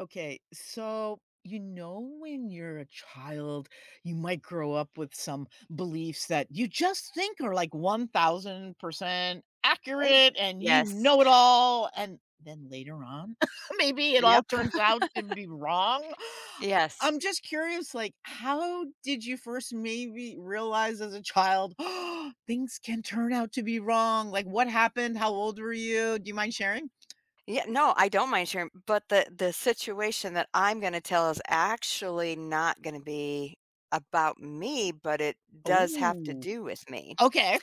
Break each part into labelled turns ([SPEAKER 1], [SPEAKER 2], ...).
[SPEAKER 1] Okay, so when you're a child, you might grow up with some beliefs that you just think are like 1000%
[SPEAKER 2] Right?
[SPEAKER 1] accurate and you
[SPEAKER 2] Yes.
[SPEAKER 1] know it all. And then later on, maybe it all
[SPEAKER 2] Yep.
[SPEAKER 1] turns out to be wrong.
[SPEAKER 2] Yes.
[SPEAKER 1] I'm just curious, like, how did you first maybe realize as a child things can turn out to be wrong? Like, what happened? How old were you? Do you mind sharing?
[SPEAKER 2] Yeah, no, I don't mind sharing, but the situation that I'm gonna tell is actually not gonna be about me, but it does have to
[SPEAKER 1] Oh,
[SPEAKER 2] do with me.
[SPEAKER 1] okay.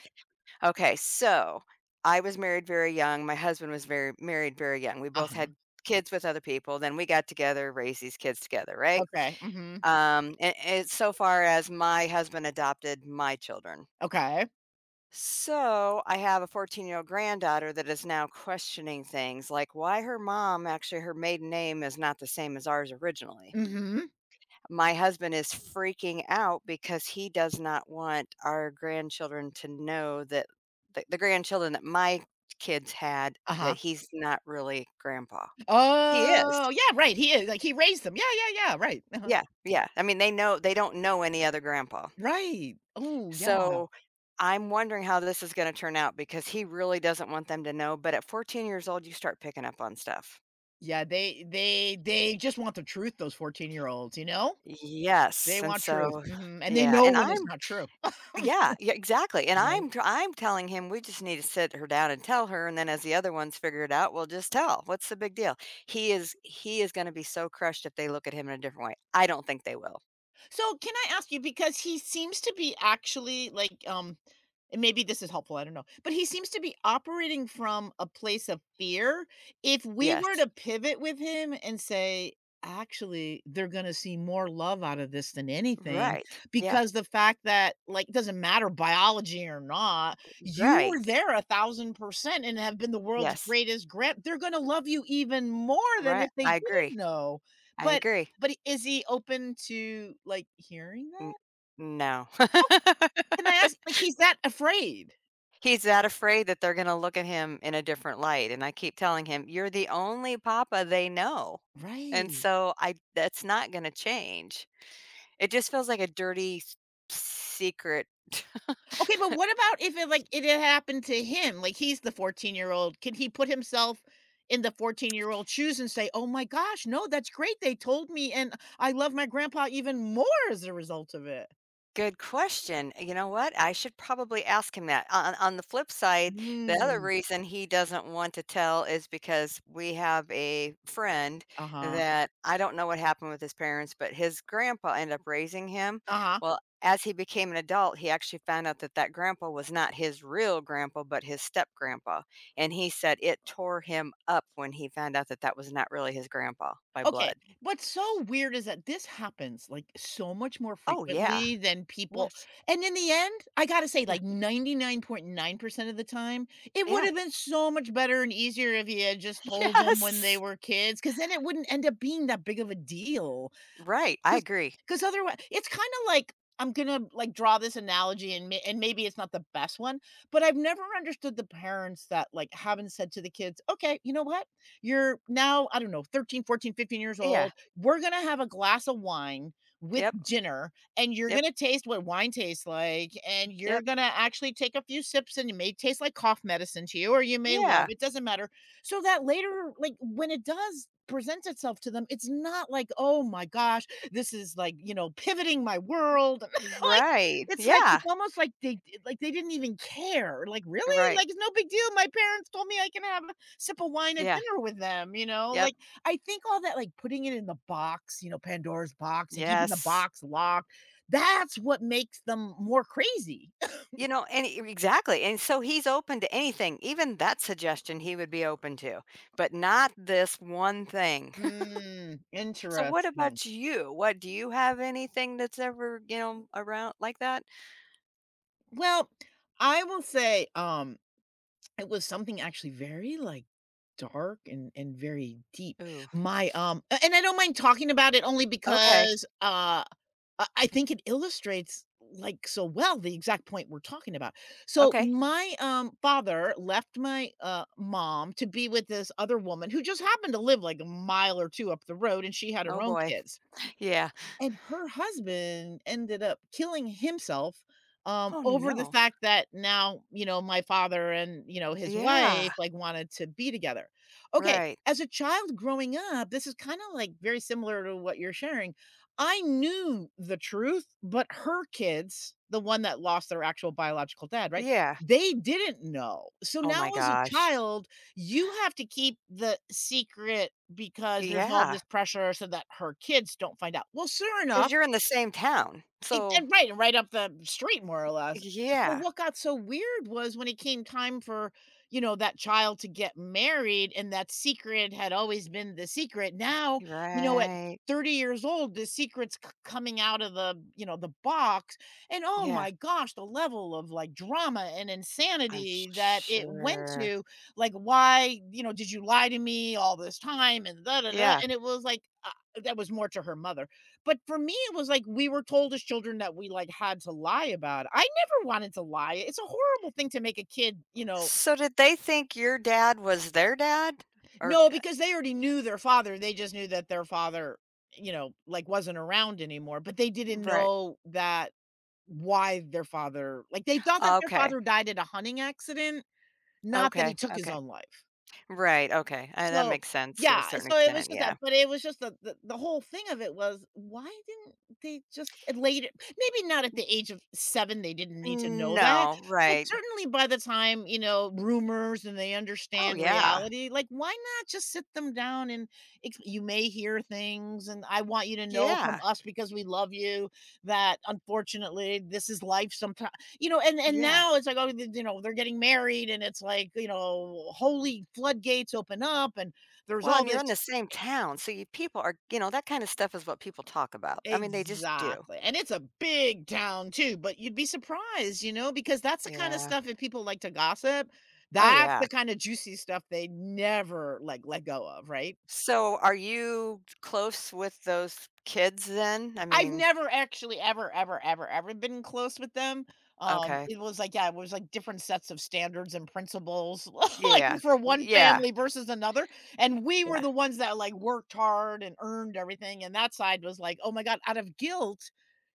[SPEAKER 2] Okay, so I was married very young, my husband was very married very young. We both
[SPEAKER 1] Uh-huh.
[SPEAKER 2] had kids with other people, then we got together, raised these kids together, right?
[SPEAKER 1] Okay, mhm,
[SPEAKER 2] And so far as my husband adopted my children.
[SPEAKER 1] okay,
[SPEAKER 2] So I have a 14-year-old granddaughter that is now questioning things like why her mom, actually, her maiden name is not the same as ours originally.
[SPEAKER 1] mhm,
[SPEAKER 2] My husband is freaking out because he does not want our grandchildren to know that the grandchildren that my kids had, that
[SPEAKER 1] uh-huh.
[SPEAKER 2] he's not really grandpa. He is.
[SPEAKER 1] Oh, yeah, right, he is, like, he raised them, yeah, yeah, yeah, right, uh-huh,
[SPEAKER 2] Yeah. Yeah. I mean, they know, they don't know any other grandpa.
[SPEAKER 1] right. Oh yeah,
[SPEAKER 2] So, I'm wondering how this is gonna turn out because he really doesn't want them to know, but at 14 years old, you start picking up on stuff.
[SPEAKER 1] yeah, they just want the truth, those 14-year-olds, you know? They
[SPEAKER 2] Yes, and
[SPEAKER 1] want truth,
[SPEAKER 2] so
[SPEAKER 1] mhm, and they
[SPEAKER 2] yeah,
[SPEAKER 1] know
[SPEAKER 2] and
[SPEAKER 1] when it's
[SPEAKER 2] I'm
[SPEAKER 1] not true.
[SPEAKER 2] yeah, yeah, exactly, and
[SPEAKER 1] Right?
[SPEAKER 2] I'm telling him we just need to sit her down and tell her, and then as the other ones figure it out, we'll just tell. What's the big deal? He is gonna be so crushed if they look at him in a different way. I don't think they will.
[SPEAKER 1] So can I ask you, because he seems to be actually like and maybe this is helpful, I don't know. But he seems to be operating from a place of fear. If we were
[SPEAKER 2] Yes.
[SPEAKER 1] to pivot with him and say, actually, they're going to see more love out of this than anything,
[SPEAKER 2] Right. Yeah.
[SPEAKER 1] because the fact that, like, it doesn't matter biology or not, you
[SPEAKER 2] Right.
[SPEAKER 1] were there 1,000% and have been the world's
[SPEAKER 2] Yes.
[SPEAKER 1] greatest grant. They're going to love you even more than
[SPEAKER 2] Right.
[SPEAKER 1] if they
[SPEAKER 2] I
[SPEAKER 1] didn't
[SPEAKER 2] agree.
[SPEAKER 1] know.
[SPEAKER 2] I
[SPEAKER 1] But
[SPEAKER 2] agree.
[SPEAKER 1] but I is he open to, like, hearing
[SPEAKER 2] N
[SPEAKER 1] that?
[SPEAKER 2] no.
[SPEAKER 1] Can I ask, like, he's that afraid?
[SPEAKER 2] He's that afraid that they're gonna look at him in a different light, and I keep telling him, "You're the only papa they know." And
[SPEAKER 1] Right.
[SPEAKER 2] so I that's not gonna change. It just feels like a dirty s secret.
[SPEAKER 1] Okay, but what about if it, like, it had happened to him? Like, he's the 14-year-old. Can he put himself in the 14-year-old shoes and say, "Oh my gosh, no, that's great, they told me, and I love my grandpa even more as a result of it."
[SPEAKER 2] Good question. You know what? I should probably ask him that. On the flip side, the other
[SPEAKER 1] Mm.
[SPEAKER 2] reason he doesn't want to tell is because we have a friend
[SPEAKER 1] Uh-huh.
[SPEAKER 2] that I don't know what happened with his parents, but his grandpa ended up raising him.
[SPEAKER 1] Uh-huh.
[SPEAKER 2] Well, as he became an adult, he actually found out that that grandpa was not his real grandpa, but his step grandpa. And he said it tore him up when he found out that that was not really his grandpa by
[SPEAKER 1] Okay,
[SPEAKER 2] blood.
[SPEAKER 1] what's so weird is that this happens, like, so much more
[SPEAKER 2] Oh, yeah.
[SPEAKER 1] frequently than people,
[SPEAKER 2] Yes.
[SPEAKER 1] and in the end, I gotta say,
[SPEAKER 2] Yeah.
[SPEAKER 1] like, 99.9% of the time, it
[SPEAKER 2] Yeah.
[SPEAKER 1] would've been so much better and easier if you had just told them when they
[SPEAKER 2] Yes.
[SPEAKER 1] were kids, because then it wouldn't end up being that big of a deal.
[SPEAKER 2] Right, I
[SPEAKER 1] Cause,
[SPEAKER 2] agree.
[SPEAKER 1] cause otherwise it's kinda like, I'm gonna, like, draw this analogy, and maybe it's not the best one, but I've never understood the parents that, like, haven't said to the kids, "Okay, you know what? You're now, I don't know, 13, 14, 15
[SPEAKER 2] Yeah.
[SPEAKER 1] old. We're gonna have a glass of wine with
[SPEAKER 2] Yep.
[SPEAKER 1] dinner, and you're
[SPEAKER 2] Yep.
[SPEAKER 1] gonna taste what wine tastes like, and you're
[SPEAKER 2] Yep.
[SPEAKER 1] gonna actually take a few sips, and it may taste like cough medicine to you, or you may love
[SPEAKER 2] Yeah.
[SPEAKER 1] it, doesn't matter." So that later, like, when it does present itself to them, it's not like, "Oh my gosh, this is like, pivoting my world." Like,
[SPEAKER 2] Right.
[SPEAKER 1] it's like,
[SPEAKER 2] Yeah.
[SPEAKER 1] it's almost like they, like, they didn't even care. Like, "Really?
[SPEAKER 2] Right.
[SPEAKER 1] Like, it's no big deal. My parents told me I can have a sip of wine at
[SPEAKER 2] Yeah.
[SPEAKER 1] dinner with them," you know?
[SPEAKER 2] Yep.
[SPEAKER 1] Like, I think all that, like, putting it in the box, Pandora's box, and keeping the
[SPEAKER 2] Yes.
[SPEAKER 1] box locked, that's what makes them more crazy.
[SPEAKER 2] You know, and e exactly, and so he's open to anything, even that suggestion he would be open to, but not this one thing.
[SPEAKER 1] Mm,
[SPEAKER 2] So what
[SPEAKER 1] interesting.
[SPEAKER 2] about you? What do you have anything that's ever, you know, around like that?
[SPEAKER 1] Well, I will say, it was something actually very, like, dark and very deep.
[SPEAKER 2] Ooh,
[SPEAKER 1] My, a and I don't mind talking about it only
[SPEAKER 2] okay.
[SPEAKER 1] because, I think it illustrates, like, so well the exact point we're talking about. So,
[SPEAKER 2] Okay.
[SPEAKER 1] my, father left my, mom to be with this other woman who just happened to live, like, a mile or 2 up the road, and she had her
[SPEAKER 2] Oh
[SPEAKER 1] own
[SPEAKER 2] boy.
[SPEAKER 1] kids.
[SPEAKER 2] Yeah.
[SPEAKER 1] And her husband ended up killing himself,
[SPEAKER 2] Oh,
[SPEAKER 1] over the
[SPEAKER 2] no.
[SPEAKER 1] fact that now, my father and, his wife,
[SPEAKER 2] Yeah.
[SPEAKER 1] like, wanted to be together. Okay,
[SPEAKER 2] Right.
[SPEAKER 1] as a child growing up, this is kinda, like, very similar to what you're sharing. I knew the truth, but her kids, the one that lost their actual biological dad, right?
[SPEAKER 2] Yeah.
[SPEAKER 1] They didn't know. So
[SPEAKER 2] Oh my
[SPEAKER 1] now as a
[SPEAKER 2] gosh.
[SPEAKER 1] child, you have to keep the secret because there's all
[SPEAKER 2] Yeah.
[SPEAKER 1] this pressure so that her kids don't find out. Well, sure
[SPEAKER 2] 'Cause
[SPEAKER 1] enough,
[SPEAKER 2] you're in the same town,
[SPEAKER 1] it
[SPEAKER 2] so
[SPEAKER 1] and right, right up the street more or less. So
[SPEAKER 2] yeah.
[SPEAKER 1] what got so weird was when it came time for, that child to get married and that secret had always been the secret. Now, at
[SPEAKER 2] Right.
[SPEAKER 1] 30 years old, the secret's c coming out of the box, and oh
[SPEAKER 2] Yeah,
[SPEAKER 1] my gosh, the level of, like, drama and
[SPEAKER 2] I'm
[SPEAKER 1] insanity that it went
[SPEAKER 2] sure.
[SPEAKER 1] to, like, "Why, did you lie to me all this time, and da da da,"
[SPEAKER 2] Yeah.
[SPEAKER 1] and it was like, that was more to her mother. But for me, it was like we were told as children that we, like, had to lie about it. I never wanted to lie. It's a horrible thing to make a kid.
[SPEAKER 2] So did they think your dad was their dad? Or
[SPEAKER 1] No,
[SPEAKER 2] d
[SPEAKER 1] because they already knew their father. They just knew that their father, like, wasn't around anymore, but they didn't
[SPEAKER 2] right.
[SPEAKER 1] know that why their father, like, they thought that their
[SPEAKER 2] Okay.
[SPEAKER 1] father died in a hunting accident, not that he
[SPEAKER 2] Okay,
[SPEAKER 1] took his
[SPEAKER 2] okay.
[SPEAKER 1] own life.
[SPEAKER 2] Right, okay, and that
[SPEAKER 1] So
[SPEAKER 2] makes sense to a
[SPEAKER 1] yeah,
[SPEAKER 2] certain
[SPEAKER 1] so it was
[SPEAKER 2] extent,
[SPEAKER 1] just
[SPEAKER 2] yeah.
[SPEAKER 1] that, but it was just the whole thing of it was, why didn't they just, at later, maybe not at the age of 7, they didn't need to know that,
[SPEAKER 2] No,
[SPEAKER 1] but
[SPEAKER 2] right.
[SPEAKER 1] certainly by the time, rumors, and they
[SPEAKER 2] Oh,
[SPEAKER 1] understand
[SPEAKER 2] yeah.
[SPEAKER 1] reality, like, why not just sit them down and ex "You may hear things, and I want you to know from
[SPEAKER 2] Yeah,
[SPEAKER 1] us because we love you that, unfortunately, this is life sometimes." And
[SPEAKER 2] yeah.
[SPEAKER 1] now it's like, oh, they're getting married, and it's like, holy floodgates open up, and there's
[SPEAKER 2] Well,
[SPEAKER 1] all
[SPEAKER 2] and you're
[SPEAKER 1] this,
[SPEAKER 2] in the same town, so you people are you know, that kinda stuff is what people talk about. I mean, they just do.
[SPEAKER 1] exactly, and it's a big town too. But you'd be surprised, because that's the kind of
[SPEAKER 2] Yeah.
[SPEAKER 1] stuff, if people like to gossip,
[SPEAKER 2] Oh,
[SPEAKER 1] that's the
[SPEAKER 2] yeah.
[SPEAKER 1] kind of juicy stuff they never like let go of, right?
[SPEAKER 2] So, are you close with those kids then? I
[SPEAKER 1] I've
[SPEAKER 2] mean
[SPEAKER 1] never actually ever, ever, ever, ever been close with them.
[SPEAKER 2] okay.
[SPEAKER 1] It was like, yeah, it was like different sets of standards and principles, like,
[SPEAKER 2] Yeah.
[SPEAKER 1] for one
[SPEAKER 2] Yeah.
[SPEAKER 1] family versus another. And we were
[SPEAKER 2] Yeah.
[SPEAKER 1] the ones that, like, worked hard and earned everything. And that side was like, oh my God, out of guilt,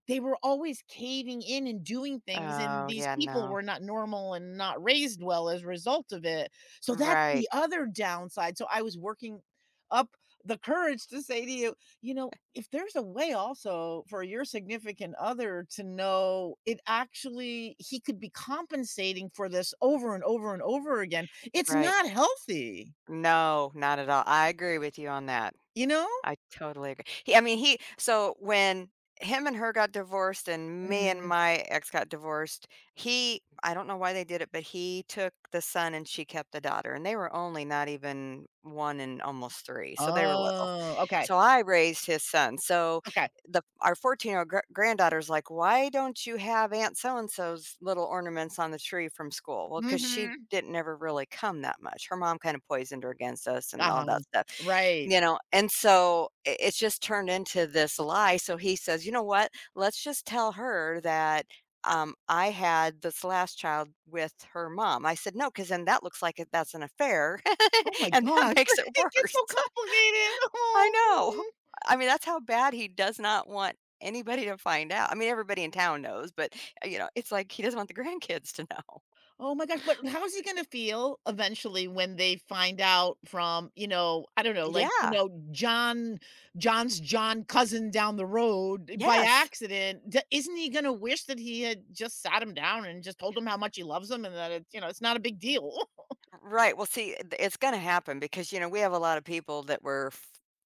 [SPEAKER 1] they were always caving in and doing things. And
[SPEAKER 2] Oh,
[SPEAKER 1] these
[SPEAKER 2] yeah,
[SPEAKER 1] people
[SPEAKER 2] no.
[SPEAKER 1] were not normal and not raised well as a result of it. So that's the
[SPEAKER 2] Right,
[SPEAKER 1] other downside. So I was working up the courage to say to you, if there's a way also for your significant other to know, it actually he could be compensating for this over and over and over again, it's
[SPEAKER 2] right.
[SPEAKER 1] not healthy,
[SPEAKER 2] No, not at all. I agree with you on that.
[SPEAKER 1] you know?
[SPEAKER 2] I totally agree. He I mean, he so when him and her got divorced and me and
[SPEAKER 1] Mm.
[SPEAKER 2] my ex got divorced, he I don't know why they did it, but he took the son and she kept the daughter, and they were only not even 1 and almost 3, so they were little.
[SPEAKER 1] Oh, okay.
[SPEAKER 2] So I raised his son. So
[SPEAKER 1] Okay.
[SPEAKER 2] the our 14-year-old gr granddaughter's like, "Why don't you have Aunt so and so's little ornaments on the tree from school?" Well, because she
[SPEAKER 1] Mhm.
[SPEAKER 2] didn't ever really come that much. Her mom kinda poisoned her against us and all
[SPEAKER 1] Uh-huh.
[SPEAKER 2] that stuff.
[SPEAKER 1] Right.
[SPEAKER 2] You know, and so I it's just turned into this lie, so he says, "You know what? Let's just tell her that, I had this last child with her mom." I said, no, because then that looks like it that's an affair,
[SPEAKER 1] Oh my
[SPEAKER 2] and that
[SPEAKER 1] god.
[SPEAKER 2] makes it
[SPEAKER 1] It gets
[SPEAKER 2] worse."
[SPEAKER 1] so complicated.
[SPEAKER 2] I know.
[SPEAKER 1] Oh.
[SPEAKER 2] I mean, that's how bad he does not want anybody to find out. I mean, everybody in town knows, but, you know, it's like he doesn't want the grandkids to know.
[SPEAKER 1] Oh my gosh, but how's he gonna feel eventually when they find out from, I don't know, like,
[SPEAKER 2] Yeah.
[SPEAKER 1] John John cousin down the road, by
[SPEAKER 2] Yes.
[SPEAKER 1] accident? Isn't he gonna wish that he had just sat him down and just told him how much he loves him, and that it's not a big deal?
[SPEAKER 2] Right. Well, see, it's going to happen because, you know, we have a lot of people that we're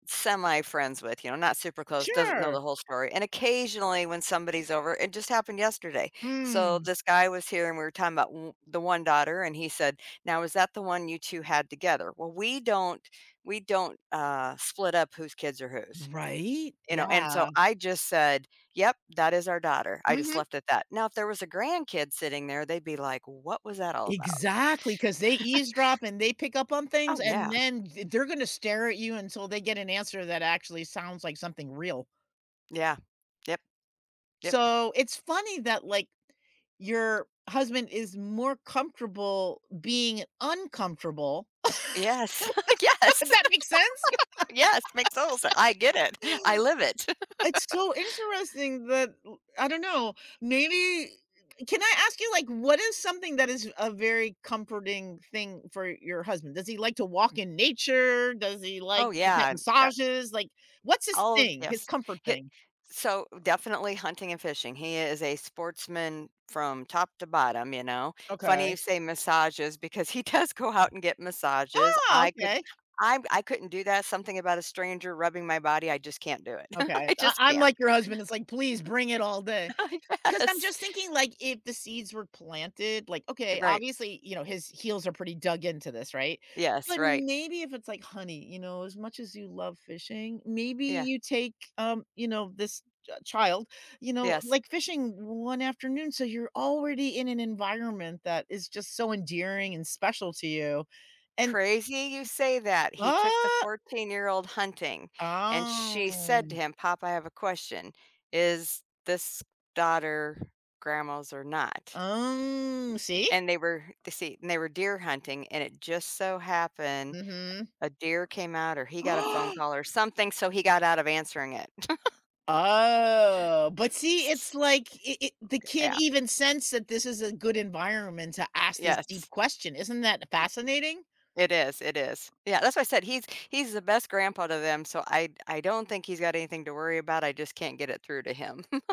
[SPEAKER 2] semi friends with, you know, not super close, doesn't know
[SPEAKER 1] Sure.
[SPEAKER 2] the whole story. And occasionally when somebody's over, it just happened yesterday. So
[SPEAKER 1] Mm,
[SPEAKER 2] this guy was here and we were talking about the one daughter and he said, "Now is that the one you two had together?" Well, we don't split up whose kids are whose.
[SPEAKER 1] right?
[SPEAKER 2] You know, and so
[SPEAKER 1] Yeah.
[SPEAKER 2] I just said, "Yep, that is our daughter." I just
[SPEAKER 1] Hmm.
[SPEAKER 2] left it at that. Now, if there was a grandkid sitting there, they'd be like, "What was that all about?"
[SPEAKER 1] Exactly, because they eavesdrop and they pick up on things,
[SPEAKER 2] Oh
[SPEAKER 1] and
[SPEAKER 2] yeah,
[SPEAKER 1] then they're going to stare at you until they get an answer that actually sounds like something real.
[SPEAKER 2] yeah. Yep, yep.
[SPEAKER 1] So, it's funny that, like, your husband is more comfortable being uncomfortable.
[SPEAKER 2] Yes. Yes.
[SPEAKER 1] That makes sense?
[SPEAKER 2] Yes, makes total sense. I get it. I live it.
[SPEAKER 1] It's so interesting that l I don't know, maybe, can I ask you, like, what is something that is a very comforting thing for your husband? Does he like to walk in nature? Does he like
[SPEAKER 2] Oh,
[SPEAKER 1] to get
[SPEAKER 2] yeah, yeah.
[SPEAKER 1] massages? Like, what's his
[SPEAKER 2] All of
[SPEAKER 1] thing, his
[SPEAKER 2] yes.
[SPEAKER 1] comfort
[SPEAKER 2] Hit
[SPEAKER 1] thing?
[SPEAKER 2] so, definitely hunting and fishing. He is a sportsman from top to bottom, you know? Funny
[SPEAKER 1] Okay.
[SPEAKER 2] you say massages because he does go out and get massages.
[SPEAKER 1] Oh, okay.
[SPEAKER 2] I couldn't do that. Something about a stranger rubbing my body, I just can't do it.
[SPEAKER 1] Okay.
[SPEAKER 2] I
[SPEAKER 1] I
[SPEAKER 2] just
[SPEAKER 1] I'm
[SPEAKER 2] can't.
[SPEAKER 1] like your husband, it's like, "Please bring it all day." 'Cause I'm
[SPEAKER 2] Yes.
[SPEAKER 1] just thinking, like, if the seeds were planted, like, okay,
[SPEAKER 2] Right.
[SPEAKER 1] obviously, his heels are pretty dug into this, right?
[SPEAKER 2] Yes,
[SPEAKER 1] But
[SPEAKER 2] right.
[SPEAKER 1] maybe if it's like, "Honey, as much as you love fishing, maybe
[SPEAKER 2] Yeah.
[SPEAKER 1] you take, this ch child,
[SPEAKER 2] Yes.
[SPEAKER 1] like, fishing one afternoon, so you're already in an environment that is just so endearing and special to you." And
[SPEAKER 2] Crazy you say that. He took the
[SPEAKER 1] Ah!
[SPEAKER 2] 14-year-old hunting, and she said to
[SPEAKER 1] Oh.
[SPEAKER 2] him, "Pop, I have a question. Is this daughter grandma's or not?"
[SPEAKER 1] Oh, see?
[SPEAKER 2] And they were they see, and they were deer hunting, and it just so happened
[SPEAKER 1] Mhm.
[SPEAKER 2] a deer came out or he got a phone call or something, so he got out of answering it.
[SPEAKER 1] Oh, but see, it's
[SPEAKER 2] S-
[SPEAKER 1] like, it the kid
[SPEAKER 2] Yeah.
[SPEAKER 1] even sensed that this is a good environment to ask this deep
[SPEAKER 2] Yes.
[SPEAKER 1] question. Isn't that
[SPEAKER 2] Y
[SPEAKER 1] fascinating?
[SPEAKER 2] It is, it is. Yeah, that's why I said he's the best grandpa to them, so I don't think he's got anything to worry about, I just can't get it through to him.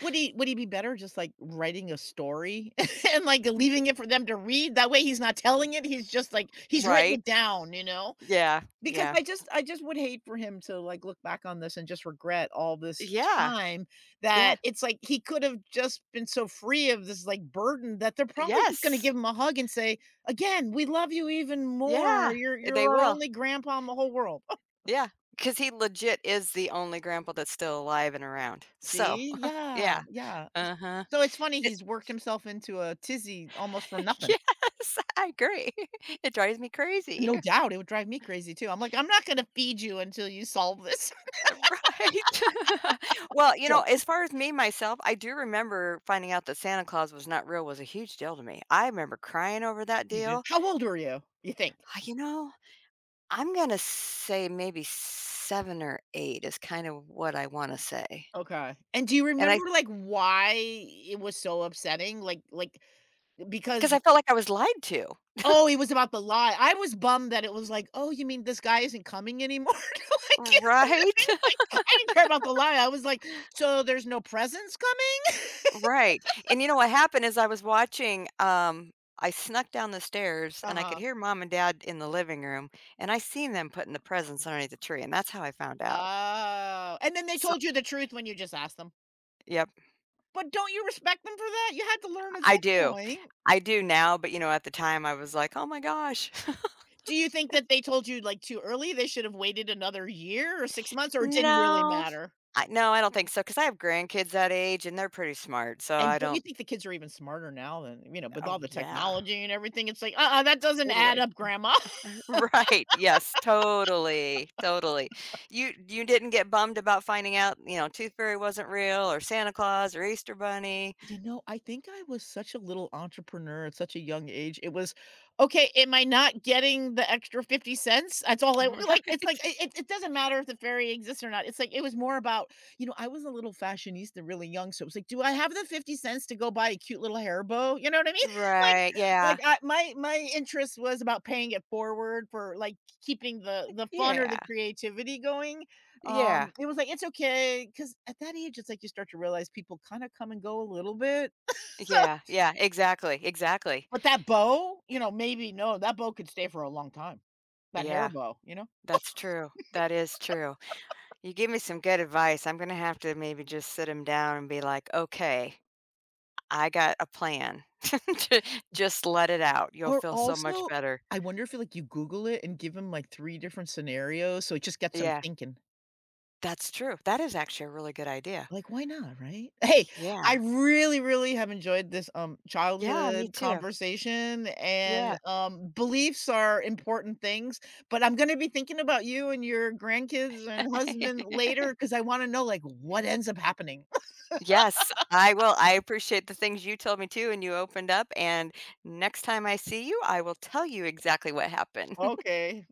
[SPEAKER 1] Would he be better just, like, writing a story and, like, leaving it for them to read? That way he's not telling it, he's just, like, he's written
[SPEAKER 2] Right.
[SPEAKER 1] it down, you know?
[SPEAKER 2] Yeah,
[SPEAKER 1] Because
[SPEAKER 2] yeah.
[SPEAKER 1] I just would hate for him to, like, look back on this and just regret all this
[SPEAKER 2] Yeah,
[SPEAKER 1] time,
[SPEAKER 2] yeah.
[SPEAKER 1] that it's like he could have just been so free of this, like, burden, that they're probably just gonna
[SPEAKER 2] Yes.
[SPEAKER 1] give him a hug and say, "Again, we love you even more.
[SPEAKER 2] Yeah,
[SPEAKER 1] You're
[SPEAKER 2] they
[SPEAKER 1] you're our
[SPEAKER 2] will.
[SPEAKER 1] only grandpa in the whole world."
[SPEAKER 2] Yeah, because he legit is the only grandpa that's still alive and around. So,
[SPEAKER 1] See? Yeah,
[SPEAKER 2] yeah.
[SPEAKER 1] yeah.
[SPEAKER 2] Uh-huh.
[SPEAKER 1] So it's funny,
[SPEAKER 2] It's
[SPEAKER 1] he's worked himself into a tizzy almost for nothing.
[SPEAKER 2] Yes, I agree. It drives me crazy.
[SPEAKER 1] No doubt, it would drive me crazy too. I'm like, "I'm not gonna feed you until you solve this."
[SPEAKER 2] Right. Well, you know,
[SPEAKER 1] Joke.
[SPEAKER 2] as far as me, myself, I do remember finding out that Santa Claus was not real was a huge deal to me. I remember crying over that
[SPEAKER 1] You did.
[SPEAKER 2] deal.
[SPEAKER 1] How old were you? You think?
[SPEAKER 2] "Ah, you know, I'm gonna say maybe 7 or 8 is kind of what I wanna say,
[SPEAKER 1] Okay. And do you
[SPEAKER 2] and
[SPEAKER 1] remember,
[SPEAKER 2] I,
[SPEAKER 1] like, why it was so upsetting? Like,
[SPEAKER 2] because I
[SPEAKER 1] because
[SPEAKER 2] felt like I was lied to.
[SPEAKER 1] oh, it was about the lie. I was bummed that it was like, "Oh, you mean this guy isn't coming anymore?" Like, you know what I
[SPEAKER 2] Right?
[SPEAKER 1] mean? Like, I didn't care about the lie. I was like, "So there's no presents coming?"
[SPEAKER 2] Right, and you know what happened is I was watching, I snuck down the stairs, and I could
[SPEAKER 1] Uh-huh.
[SPEAKER 2] hear mom and dad in the living room, and I seen them putting the presents underneath the tree, and that's how I found out.
[SPEAKER 1] Oh, and then they
[SPEAKER 2] So
[SPEAKER 1] told you the truth when you just asked them.
[SPEAKER 2] Yep,
[SPEAKER 1] But don't you respect them for that? You had to learn at
[SPEAKER 2] I
[SPEAKER 1] some
[SPEAKER 2] do.
[SPEAKER 1] point.
[SPEAKER 2] I do now, but, you know, at the time, I was like, "Oh my gosh."
[SPEAKER 1] Do you think that they told you, like, too early? They should have waited another year or 6 months, or it didn't really
[SPEAKER 2] No.
[SPEAKER 1] matter?
[SPEAKER 2] I No, I don't think so, because I have grandkids that age, and they're pretty smart, so
[SPEAKER 1] And
[SPEAKER 2] I
[SPEAKER 1] don't you
[SPEAKER 2] don't
[SPEAKER 1] think the kids are even smarter now than, with all
[SPEAKER 2] Oh,
[SPEAKER 1] the
[SPEAKER 2] yeah,
[SPEAKER 1] technology and everything? It's like, "Uh-uh, that doesn't add
[SPEAKER 2] totally.
[SPEAKER 1] up, grandma."
[SPEAKER 2] Right, yes, totally, totally. You didn't get bummed about finding out, you know, Tooth Fairy wasn't real or Santa Claus or Easter Bunny.
[SPEAKER 1] I think I was such a little entrepreneur at such a young age. It was, "Okay, am I not getting the extra 50 cents?" That's all I, like, it's like,
[SPEAKER 2] Right.
[SPEAKER 1] it doesn't matter if the ferry exists or not. It's like, it was more about, I was a little fashionista really young, so it was like, "Do I have the 50 cents to go buy a cute little hair bow?" You know what I mean? Like,
[SPEAKER 2] Right, yeah.
[SPEAKER 1] I my my interest was about paying it forward for, like, keeping the fun or
[SPEAKER 2] Yeah.
[SPEAKER 1] the creativity going,
[SPEAKER 2] Yeah.
[SPEAKER 1] it was like, "It's okay, cause at that age, it's like you start to realize people kinda come and go a little bit." So,
[SPEAKER 2] Yeah, yeah, exactly, exactly.
[SPEAKER 1] but that bow, maybe, no, that bow could stay for a long time. That hair
[SPEAKER 2] Yeah,
[SPEAKER 1] bow, you know?
[SPEAKER 2] that's true. That is true. You give me some good advice. I'm gonna have to maybe just sit him down and be like, "Okay, I got a plan. Ju just let it out. You'll
[SPEAKER 1] Or
[SPEAKER 2] feel so much
[SPEAKER 1] also,
[SPEAKER 2] better."
[SPEAKER 1] I wonder if, like, you Google it and give him, like, 3 different scenarios, so it just gets 'em
[SPEAKER 2] Yeah.
[SPEAKER 1] thinking.
[SPEAKER 2] That's true. That is actually a really good idea.
[SPEAKER 1] Like, why not, right? Hey, I
[SPEAKER 2] Yeah.
[SPEAKER 1] really, really have enjoyed this,
[SPEAKER 2] Yeah, me
[SPEAKER 1] childhood
[SPEAKER 2] too.
[SPEAKER 1] conversation, and,
[SPEAKER 2] Yeah.
[SPEAKER 1] beliefs are important things, but I'm gonna be thinking about you and your grandkids and husband later, cause I wanna know, like, what ends up happening.
[SPEAKER 2] Yes, I will. I appreciate the things you told me too, and you opened up. And next time I see you, I will tell you exactly what happened.
[SPEAKER 1] Okay.